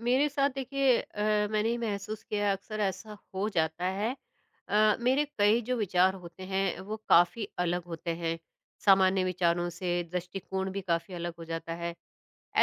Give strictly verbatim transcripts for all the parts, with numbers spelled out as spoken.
मेरे साथ देखिए अ, मैंने ये महसूस किया है, अक्सर ऐसा हो जाता है। अ, मेरे कई जो विचार होते हैं वो काफ़ी अलग होते हैं, सामान्य विचारों से, दृष्टिकोण भी काफ़ी अलग हो जाता है।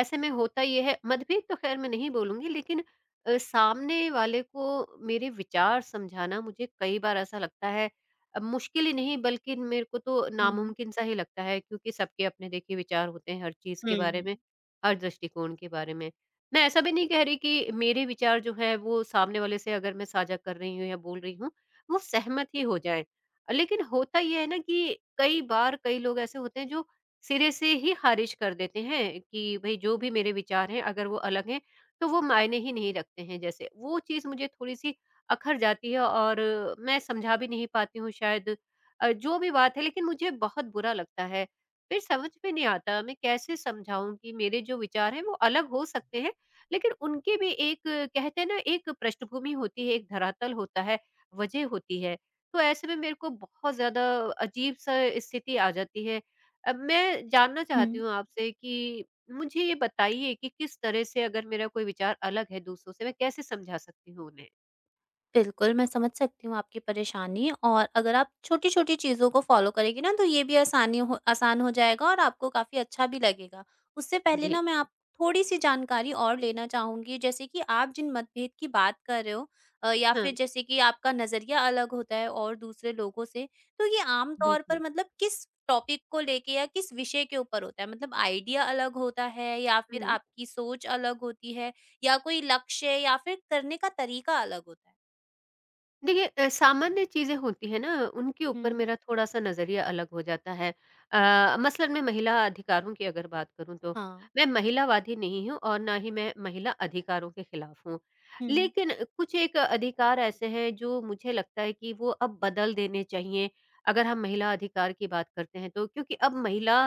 ऐसे में होता ये है मतभेद तो खैर मैं नहीं बोलूँगी लेकिन अ, सामने वाले को मेरे विचार समझाना मुझे कई बार ऐसा लगता है अ, मुश्किल ही नहीं बल्कि मेरे को तो हुँ, हुँ, नामुमकिन सा ही लगता है क्योंकि सबके अपने देखिए विचार होते हैं हर चीज़ के बारे हुँ। में, हर दृष्टिकोण के बारे में। मैं ऐसा भी नहीं कह रही कि मेरे विचार जो हैं वो सामने वाले से अगर मैं साझा कर रही हूँ या बोल रही हूँ, वो सहमत ही हो जाएँ। लेकिन होता ये है ना कि कई बार कई लोग ऐसे होते हैं जो सिरे से ही ख़ारिज कर देते हैं कि भई जो भी मेरे विचार हैं अगर वो अलग हैं, तो वो मायने ही नहीं रखते हैं जैसे। वो चीज़ मुझे थोड़ी-सी अखर जाती है और मैं समझा भी नहीं पाती हूँ शायद अ, जो भी बात है लेकिन मुझे बहुत बुरा लगता है। फिर समझ में नहीं आता मैं कैसे समझाऊँ कि मेरे जो विचार हैं वो अलग हो सकते हैं, लेकिन उनकी भी एक कहते हैं ना एक पृष्ठभूमि होती है, एक धरातल होता है, वजह होती है। तो ऐसे में मेरे को बहुत ज़्यादा अजीब-सा स्थिति आ जाती है अब मैं जानना चाहती हुँ, हूँ आपसे कि मुझे ये बताइए कि किस तरह से अगर मेरा कोई विचार अलग है दूसरों से, मैं कैसे समझा सकती हूँ उन्हें? बिल्कुल, मैं समझ सकती हूँ आपकी परेशानी। और अगर आप छोटी-छोटी चीज़ों को फ़ॉलो करेंगी ना, तो ये भी आसानी हो आसान हो जाएगा और आपको काफ़ी अच्छा भी लगेगा। उससे पहले जी। ना मैं आप थोड़ी-सी जानकारी और लेना चाहूँगी, जैसे कि आप जिन मतभेद की बात कर रहे हो अ, या हाँ, फिर जैसे कि आपका नज़रिया अलग होता है और दूसरे लोगों से, तो ये आम तौर पर बिल्कुल। मतलब किस टॉपिक को लेके या किस विषय के ऊपर होता है? मतलब आइडिया अलग होता है या फिर हुँ। आपकी सोच अलग होती है या कोई लक्ष्य या फिर करने का तरीका अलग होता है? देखिए अ, सामान्य चीज़ें होती हैं ना, उनके ऊपर हुँ। मेरा थोड़ा-सा नज़रिया अलग हो जाता है। अ, मसलन मैं महिला अधिकारों की अगर बात करूँ तो, हाँ। मैं महिलावादी नहीं हूँ और ना ही मैं महिला अधिकारों के खिलाफ हूँ। हुँ, लेकिन कुछ एक अधिकार ऐसे हैं जो मुझे लगता है कि वो अब बदल देने चाहिए, अगर हम महिला अधिकार की बात करते हैं तो। क्योंकि अब महिला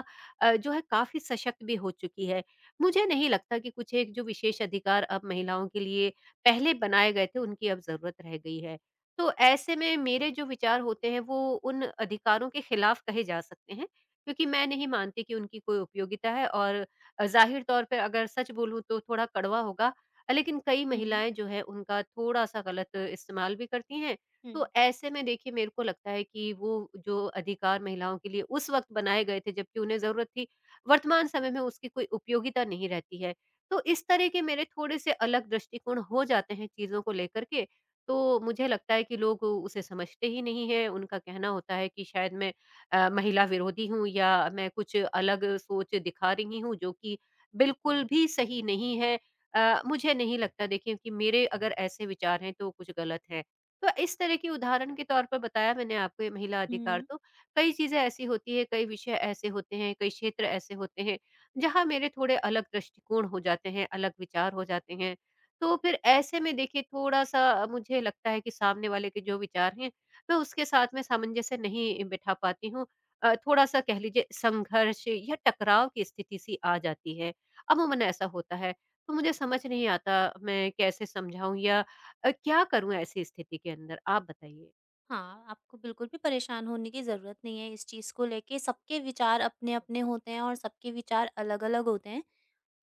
अ, जो है काफ़ी सशक्त भी हो चुकी है। मुझे नहीं लगता कि कुछ एक जो विशेष अधिकार अब महिलाओं के लिए पहले बनाए गए थे, उनकी अब ज़रूरत रह गई है। तो ऐसे में मेरे जो विचार होते हैं वो उन अधिकारों के खिलाफ कहे जा सकते हैं, क्योंकि मैं नहीं मानती कि उनकी कोई उपयोगिता है और अ, ज़ाहिर तौर पे अगर सच बोलूँ तो थोड़ा कड़वा होगा। अ, लेकिन कई हुँ, महिलाएँ जो हैं उनका थोड़ा-सा गलत इस्तेमाल भी करती हैं। हुँ, तो ऐसे में देखिए मेरे को लगता है कि वो जो अधिकार महिलाओं के लिए उस वक़्त बनाए गए थे जबकि उन्हें ज़रूरत थी, वर्तमान समय में उसकी कोई उपयोगिता नहीं रहती है। तो इस तरह के मेरे थोड़े-से अलग दृष्टिकोण हो जाते हैं चीज़ों को लेकर के तो मुझे लगता है कि लोग उसे समझते ही नहीं हैं। उनका कहना होता है कि शायद मैं अ, महिला विरोधी हूँ या मैं कुछ अलग सोच दिखा रही हूँ जो कि बिल्कुल भी सही नहीं है। अ, मुझे नहीं लगता देखिए कि मेरे अगर ऐसे विचार हैं तो कुछ गलत है। तो इस तरह के उदाहरण के तौर पर बताया मैंने आपको ये महिला अधिकार हुँ। तो, कई चीज़ें ऐसी होती हैं, कई विषय ऐसे होते हैं, कई क्षेत्र ऐसे होते हैं, जहाँ मेरे थोड़े अलग दृष्टिकोण हो जाते हैं, अलग विचार हो जाते हैं। तो फिर ऐसे में देखिए थोड़ा-सा मुझे लगता है कि सामने वाले के जो विचार हैं, मैं उसके साथ में सामंजस्य नहीं बिठा पाती हूँ। अ, थोड़ा-सा कह लीजिए संघर्ष या टकराव की स्थिति सी आ जाती है। अमूमन ऐसा होता है। तो मुझे समझ नहीं आता मैं कैसे समझाऊँ या अ, क्या करूँ ऐसी स्थिति के अंदर? आप बताइए। हाँ, आपको बिल्कुल भी परेशान होने की ज़रूरत नहीं है इस चीज़ को लेके। सबके विचार अपने-अपने होते हैं और सबके विचार अलग-अलग होते हैं।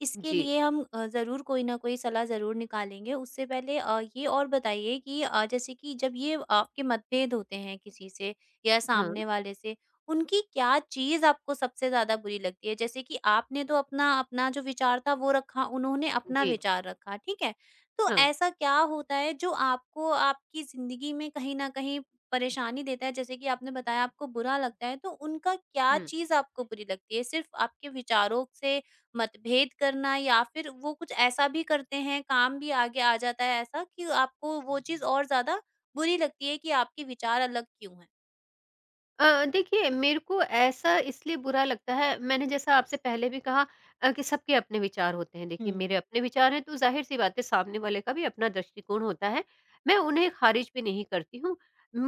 इसके जी। लिए हम अ, ज़रूर कोई ना कोई सलाह ज़रूर निकालेंगे। उससे पहले अ, ये और बताइए कि अ, जैसे कि जब ये आपके मतभेद होते हैं किसी से या हाँ। सामने वाले से, उनकी क्या चीज़ आपको सबसे ज़्यादा बुरी लगती है? जैसे कि आपने तो अपना अपना जो विचार था वो रखा, उन्होंने अपना जी। विचार रखा, ठीक है? तो हाँ। ऐसा क्या होता है जो आपको आपकी ज़िंदगी में कहीं न कहीं परेशानी देता है? जैसे कि आपने बताया आपको बुरा लगता है, तो उनका क्या हुँ। चीज़ आपको बुरी लगती है? सिर्फ़ आपके विचारों से मतभेद करना या फिर वो कुछ ऐसा भी करते हैं, काम भी आगे आ जाता है ऐसा कि आपको वो चीज़ और ज़्यादा बुरी लगती है कि आपके विचार अलग क्यों हैं? अ, देखिए मेरे को ऐसा इसलिए बुरा लगता है मैंने जैसा आपसे पहले भी कहा अ, कि सबके अपने विचार होते हैं हुँ, देखिए मेरे अपने विचार हैं तो ज़ाहिर-सी बात है सामने वाले का भी अपना दृष्टिकोण होता है। मैं उन्हें ख़ारिज भी नहीं करती हूँ।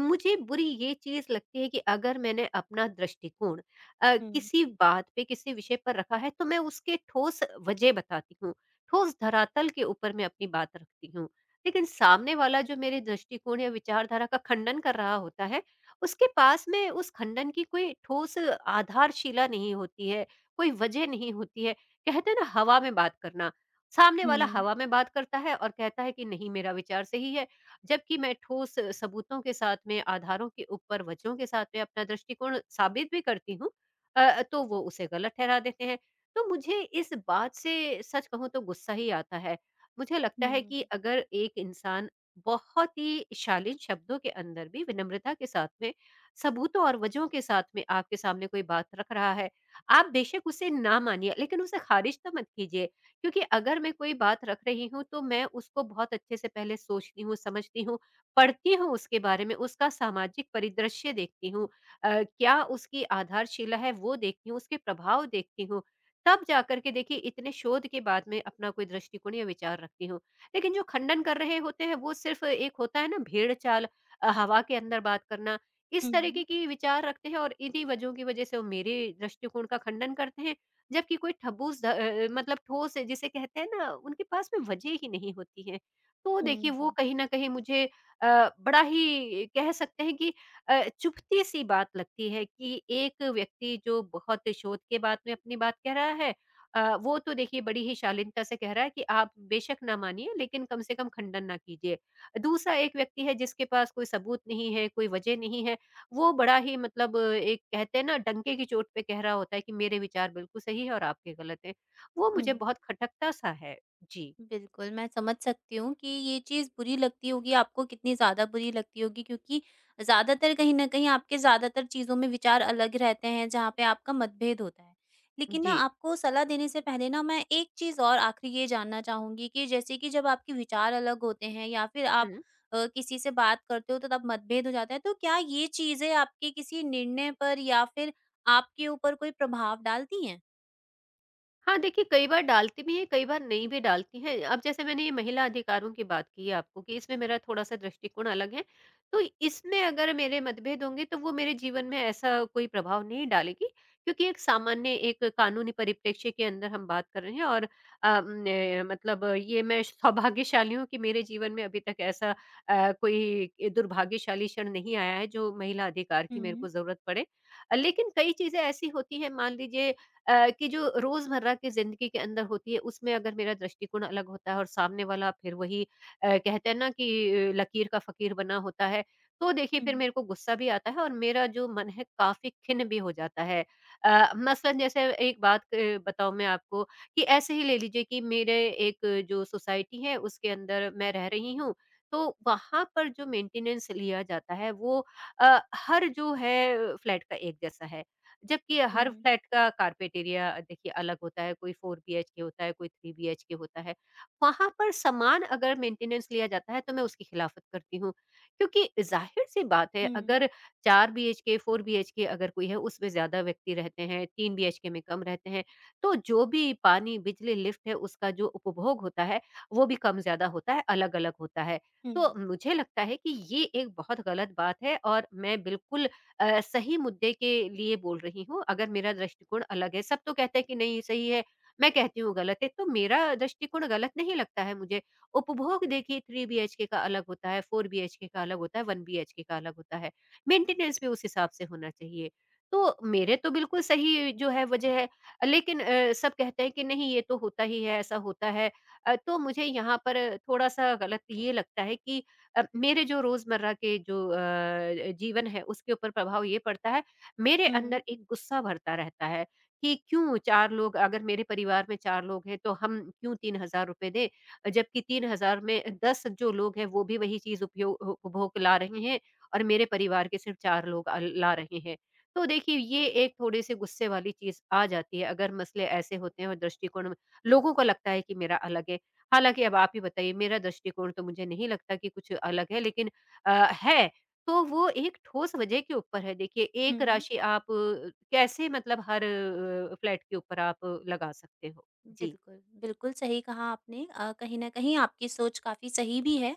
मुझे बुरी ये चीज़ लगती है कि अगर मैंने अपना दृष्टिकोण अ, हुँ, किसी बात पे किसी विषय पर रखा है तो मैं उसके ठोस वजह बताती हूँ, ठोस धरातल के ऊपर मैं अपनी बात रखती हूँ। लेकिन सामने वाला जो मेरे दृष्टिकोण या विचारधारा का खंडन कर रहा होता है उसके पास में उस खंडन की कोई ठोस आधारशिला नहीं होती है, कोई वजह नहीं होती है। कहते हैं ना हवा में बात करना, सामने वाला हुँ, हवा में बात करता है और कहता है कि नहीं मेरा विचार सही है, जबकि मैं ठोस सबूतों के साथ में, आधारों के ऊपर, वजहों के साथ में अपना दृष्टिकोण साबित भी करती हूँ अ, तो वो उसे गलत ठहरा देते हैं। तो मुझे इस बात से सच कहूँ तो गुस्सा ही आता है। मुझे लगता है हुँ, कि अगर एक इंसान बहुत ही शालीन शब्दों के अंदर भी विनम्रता के साथ में सबूतों और वजहों के साथ में आपके सामने कोई बात रख रहा है, आप बेशक उसे ना मानिए, लेकिन उसे खारिज तो मत कीजिए। क्योंकि अगर मैं कोई बात रख रही हूँ, तो मैं उसको बहुत अच्छे से पहले सोचती हूँ, समझती हूँ, पढ़ती हूँ उसके बारे में, उसका सामाजिक परिदृश्य देखती हूँ। अ, क्या उसकी आधारशिला है, वो देखती हूँ, उसके प्रभाव देखती हूँ। तब जाकर के देखिए इतने शोध के बाद में अपना कोई दृष्टिकोण या विचार रखती हूँ। लेकिन जो खंडन कर रहे होते हैं, वो सिर्फ़ एक होता है ना भेड़-चाल अ, हवा के अंदर बात करना, इस तरीके हुँ, की विचार रखते हैं और इन्हीं वजहों की वजह से वो मेरे दृष्टिकोण का खंडन करते हैं, जबकि कोई ठबूस ध अ, मतलब ठोस है, जिसे कहते हैं ना, उनके पास में वजह ही नहीं होती है। तो देखिए हुँ, वो कहीं न कहीं मुझे अ, बड़ा ही कह सकते हैं कि अ, चुभती-सी बात लगती है कि एक व्यक्ति जो बहुत शोध के बाद में अपनी बात कह रहा है अ, वो तो देखिए बड़ी ही शालीनता से कह रहा है कि आप बेशक ना मानिए लेकिन कम से कम खंडन ना कीजिए। दूसरा एक व्यक्ति है जिसके पास कोई सबूत नहीं है, कोई वजह नहीं है वो बड़ा ही मतलब एक कहते हैं ना डंके की चोट पे कह रहा होता है कि मेरे विचार बिल्कुल सही है और आपके गलत हैं। वो मुझे हुँ। बहुत खटकता-सा है। जी, बिल्कुल, मैं समझ सकती हूँ कि ये चीज़ बुरी लगती होगी आपको, कितनी ज़्यादा बुरी लगती होगी, क्योंकि ज़्यादातर कहीं न कहीं आपके ज़्यादातर चीज़ों में विचार अलग रहते हैं, जहाँ पे आपका मतभेद होता है। लेकिन ना जी। आपको सलाह देने से पहले ना मैं एक चीज़ और आख़िरी ये जानना चाहूँगी कि जैसे कि जब आपके विचार अलग होते हैं या फिर आप हुँ। अ, किसी से बात करते हो तो तब मतभेद हो जाता है, तो क्या ये चीज़ें आपके किसी निर्णय पर या फिर आपके ऊपर कोई प्रभाव डालती हैं? हाँ, देखिए कई बार डालती भी हैं, कई बार नहीं भी डालती हैं। अब जैसे मैंने ये महिला अधिकारों की बात की है आपको कि इसमें मेरा थोड़ा-सा दृष्टिकोण अलग है। तो इसमें अगर मेरे मतभेद होंगे तो वो मेरे जीवन में ऐसा कोई प्रभाव नहीं डालेगी क्योंकि एक सामान्य एक कानूनी परिप्रेक्ष्य के अंदर हम बात कर रहे हैं और अ, ने मतलब ये मैं सौभाग्यशाली हूँ कि मेरे जीवन में अभी तक ऐसा अ, कोई दुर्भाग्यशाली क्षण नहीं आया है जो महिला अधिकार की मेरे को हुँ, ज़रूरत पड़े। अ, लेकिन कई चीज़ें ऐसी होती हैं मान लीजिए अ, कि जो रोज़मर्रा की ज़िंदगी के अंदर होती है, उसमें अगर मेरा दृष्टिकोण अलग होता है और सामने वाला फिर वही अ, कहते हैं ना कि अ, लकीर का फ़कीर बना होता है, तो देखिए फिर हुँ, मेरे को गुस्सा भी आता है और मेरा जो मन है काफ़ी खिन्न भी हो जाता है। अ, मसलन जैसे एक बात अ, बताऊँ मैं आपको कि ऐसे ही ले लीजिए कि मेरे एक जो सोसाइटी है उसके अंदर मैं रह रही हूँ, तो वहाँ पर जो मेंटेनेंस लिया जाता है वो अ, हर जो है फ्लैट का एक जैसा है। जबकि हर हुँ, फ्लैट का कार्पेट एरिया देखिए अलग होता है, कोई चार बीएचके होता है, कोई तीन बीएचके होता है। वहाँ पर समान अगर मेंटेनेंस लिया जाता है तो मैं उसकी खिलाफत करती हूँ, क्योंकि ज़ाहिर-सी बात है हुँ, अगर चार बीएचके, चार बीएचके अगर कोई है उसमें ज़्यादा व्यक्ति रहते हैं, तीन बीएचके में कम रहते हैं, तो जो भी पानी, बिजली, लिफ्ट है उसका जो उपभोग होता है, वो भी कम-ज़्यादा होता है, अलग-अलग होता है। हुँ, तो मुझे लगता है कि ये एक बहुत गलत बात है और मैं बिल्कुल अ, सही मुद्दे के लिए बोल रही हूँ, अगर मेरा दृष्टिकोण अलग है। सब तो कहते हैं कि नहीं सही है, मैं कहती हूँ गलत है, तो मेरा दृष्टिकोण गलत नहीं लगता है मुझे। उपभोग देखिए तीन बीएचके का अलग होता है, चार बीएचके का अलग होता है, एक बीएचके का अलग होता है। मेंटेनेंस भी उस हिसाब से होना चाहिए। तो मेरे तो बिल्कुल सही जो है वजह है, लेकिन अ, सब कहते हैं कि नहीं ये तो होता ही है, ऐसा होता है। अ, तो मुझे यहाँ पर थोड़ा-सा गलत ये लगता है कि अ, मेरे जो रोज़मर्रा के जो अ, जीवन है उसके ऊपर प्रभाव ये पड़ता है, मेरे अंदर हुँ। एक गुस्सा भरता रहता है कि क्यों चार लोग अगर मेरे परिवार में चार लोग हैं तो हम क्यों तीन हज़ार रुपए दें? जबकि तीन हज़ार में दस जो लोग हैं वो भी वही चीज़ उपयोग उ उपभोग ला रहे हैं और मेरे परिवार के सिर्फ़ चार लोग अ, ला रहे हैं। तो देखिए ये एक थोड़े-से गुस्से वाली चीज़ आ जाती है अगर मसले ऐसे होते हैं और दृष्टिकोण में- लोगों को लगता है कि मेरा अलग है। हालाँकि अब आप ही बताइए मेरा दृष्टिकोण तो मुझे नहीं लगता कि कुछ अलग है लेकिन अ, है तो वो एक ठोस वजह के ऊपर है। देखिए एक हुँ, राशि आप अ, कैसे मतलब हर अ, फ्लैट के ऊपर आप अ, लगा सकते हो? जी। बिल्कुल, बिल्कुल सही कहा आपने। अ, कहीं न कहीं आपकी सोच काफ़ी सही भी है,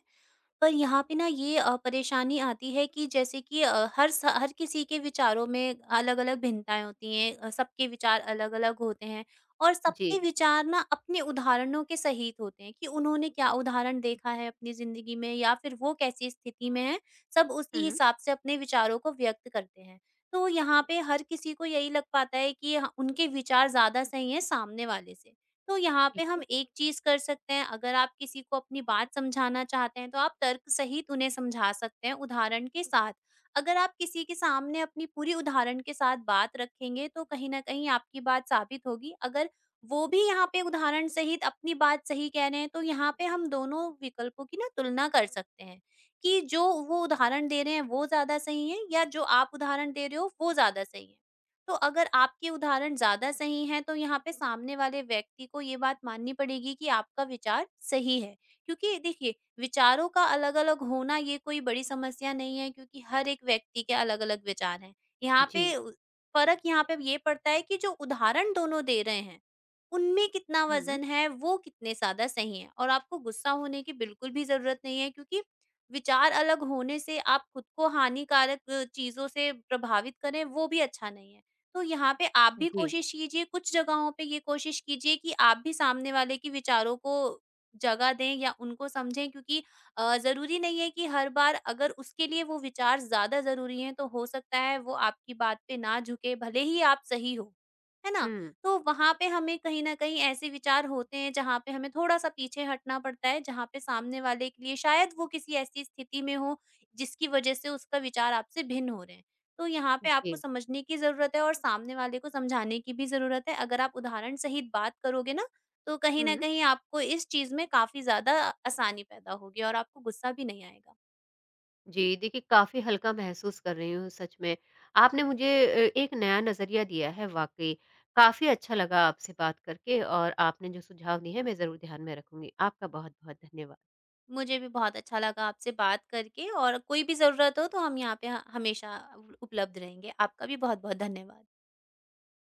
पर यहाँ पे ना ये अ, परेशानी आती है कि जैसे कि अ, हर स हर किसी के विचारों में अलग-अलग भिन्नताएँ होती हैं। अ, सबके विचार अलग-अलग होते हैं और जी। सबके विचार ना अपने उदाहरणों के सहित होते हैं कि उन्होंने क्या उदाहरण देखा है अपनी ज़िंदगी में या फिर वो कैसी स्थिति में हैं, सब उसी हुँ, हिसाब से अपने विचारों को व्यक्त करते हैं। तो यहाँ पे हर किसी को यही लग पाता है कि ह उनके विचार ज़्यादा सही हैं सामने वाले से। तो यहाँ पे ठीक है। हम एक चीज़ कर सकते हैं, अगर आप किसी को अपनी बात समझाना चाहते हैं, तो आप तर्क सहित उन्हें समझा सकते हैं उदाहरण के साथ। अगर आप किसी के सामने अपनी पूरी उदाहरण के साथ बात रखेंगे, तो कहीं न कहीं आपकी बात साबित होगी। अगर वो भी यहाँ पे उदाहरण सहित अपनी बात सही कह रहे हैं, तो यहाँ पे हम दोनों विकल्पों की ना तुलना कर सकते हैं, कि जो वो उदाहरण दे रहे हैं, वो ज़्यादा सही है या जो आप उदाहरण दे रहे हो, वो ज़्यादा सही है। तो अगर आपके उदाहरण ज़्यादा सही हैं, तो यहाँ पे सामने वाले व्यक्ति को ये बात माननी पड़ेगी कि आपका विचार सही है, क्योंकि देखिए विचारों का अलग अलग होना ये कोई बड़ी समस्या नहीं है, क्योंकि हर एक व्यक्ति के अलग अलग विचार हैं। यहाँ जी। पे उ- फर्क यहाँ पे ये पड़ता है कि जो उदाहरण दोनों दे रहे हैं, उनमें कितना हुँ, वजन है, वो कितने ज्यादा सही है। और आपको गुस्सा होने की बिल्कुल भी जरूरत नहीं है, क्योंकि विचार अलग होने से आप खुद को हानिकारक अ, चीजों से प्रभावित करें, वो भी अच्छा नहीं है। तो यहाँ पे आप भी जी। कोशिश कीजिए, कुछ जगहों पे ये कोशिश कीजिए कि आप भी सामने वाले के विचारों को जगह दें या उनको समझें, क्योंकि अ, ज़रूरी नहीं है कि हर बार अगर उसके लिए वो विचार ज़्यादा ज़रूरी हैं, तो हो सकता है वो आपकी बात पे ना झुके, भले ही आप सही हो। है ना? हुँ, तो वहाँ पे हमें कहीं न कहीं ऐसे विचार होते हैं जहाँ पे हमें थोड़ा-सा पीछे हटना पड़ता है, जहाँ पे सामने वाले के लिए शायद वो किसी ऐसी स्थिति में हो, जिसकी वजह से उसका विचार आपसे भिन्न हो रहे हैं। तो यहाँ पे आपको जी। समझने की ज़रूरत है और सामने वाले को समझाने की भी ज़रूरत है। अगर आप उदाहरण सहित बात करोगे ना, तो कहीं न हुँ। कहीं आपको इस चीज़ में काफ़ी ज़्यादा आसानी पैदा होगी और आपको गुस्सा भी नहीं आएगा। जी, देखिए काफ़ी हल्का महसूस कर रही हूँ सच में। आपने मुझे अ, एक नया नज़रिया दिया है वाक़ई। काफ़ी अच्छा लगा आपसे बात करके और आपने जो सुझाव दिए हैं मैं ज़रूर ध्यान में रखूँगी। आपका बहुत-बहुत धन्यवाद। मुझे भी बहुत अच्छा लगा आपसे बात करके, और कोई भी ज़रूरत हो तो हम यहाँ पे ह हमेशा उल उपलब्ध रहेंगे। आपका भी बहुत-बहुत धन्यवाद।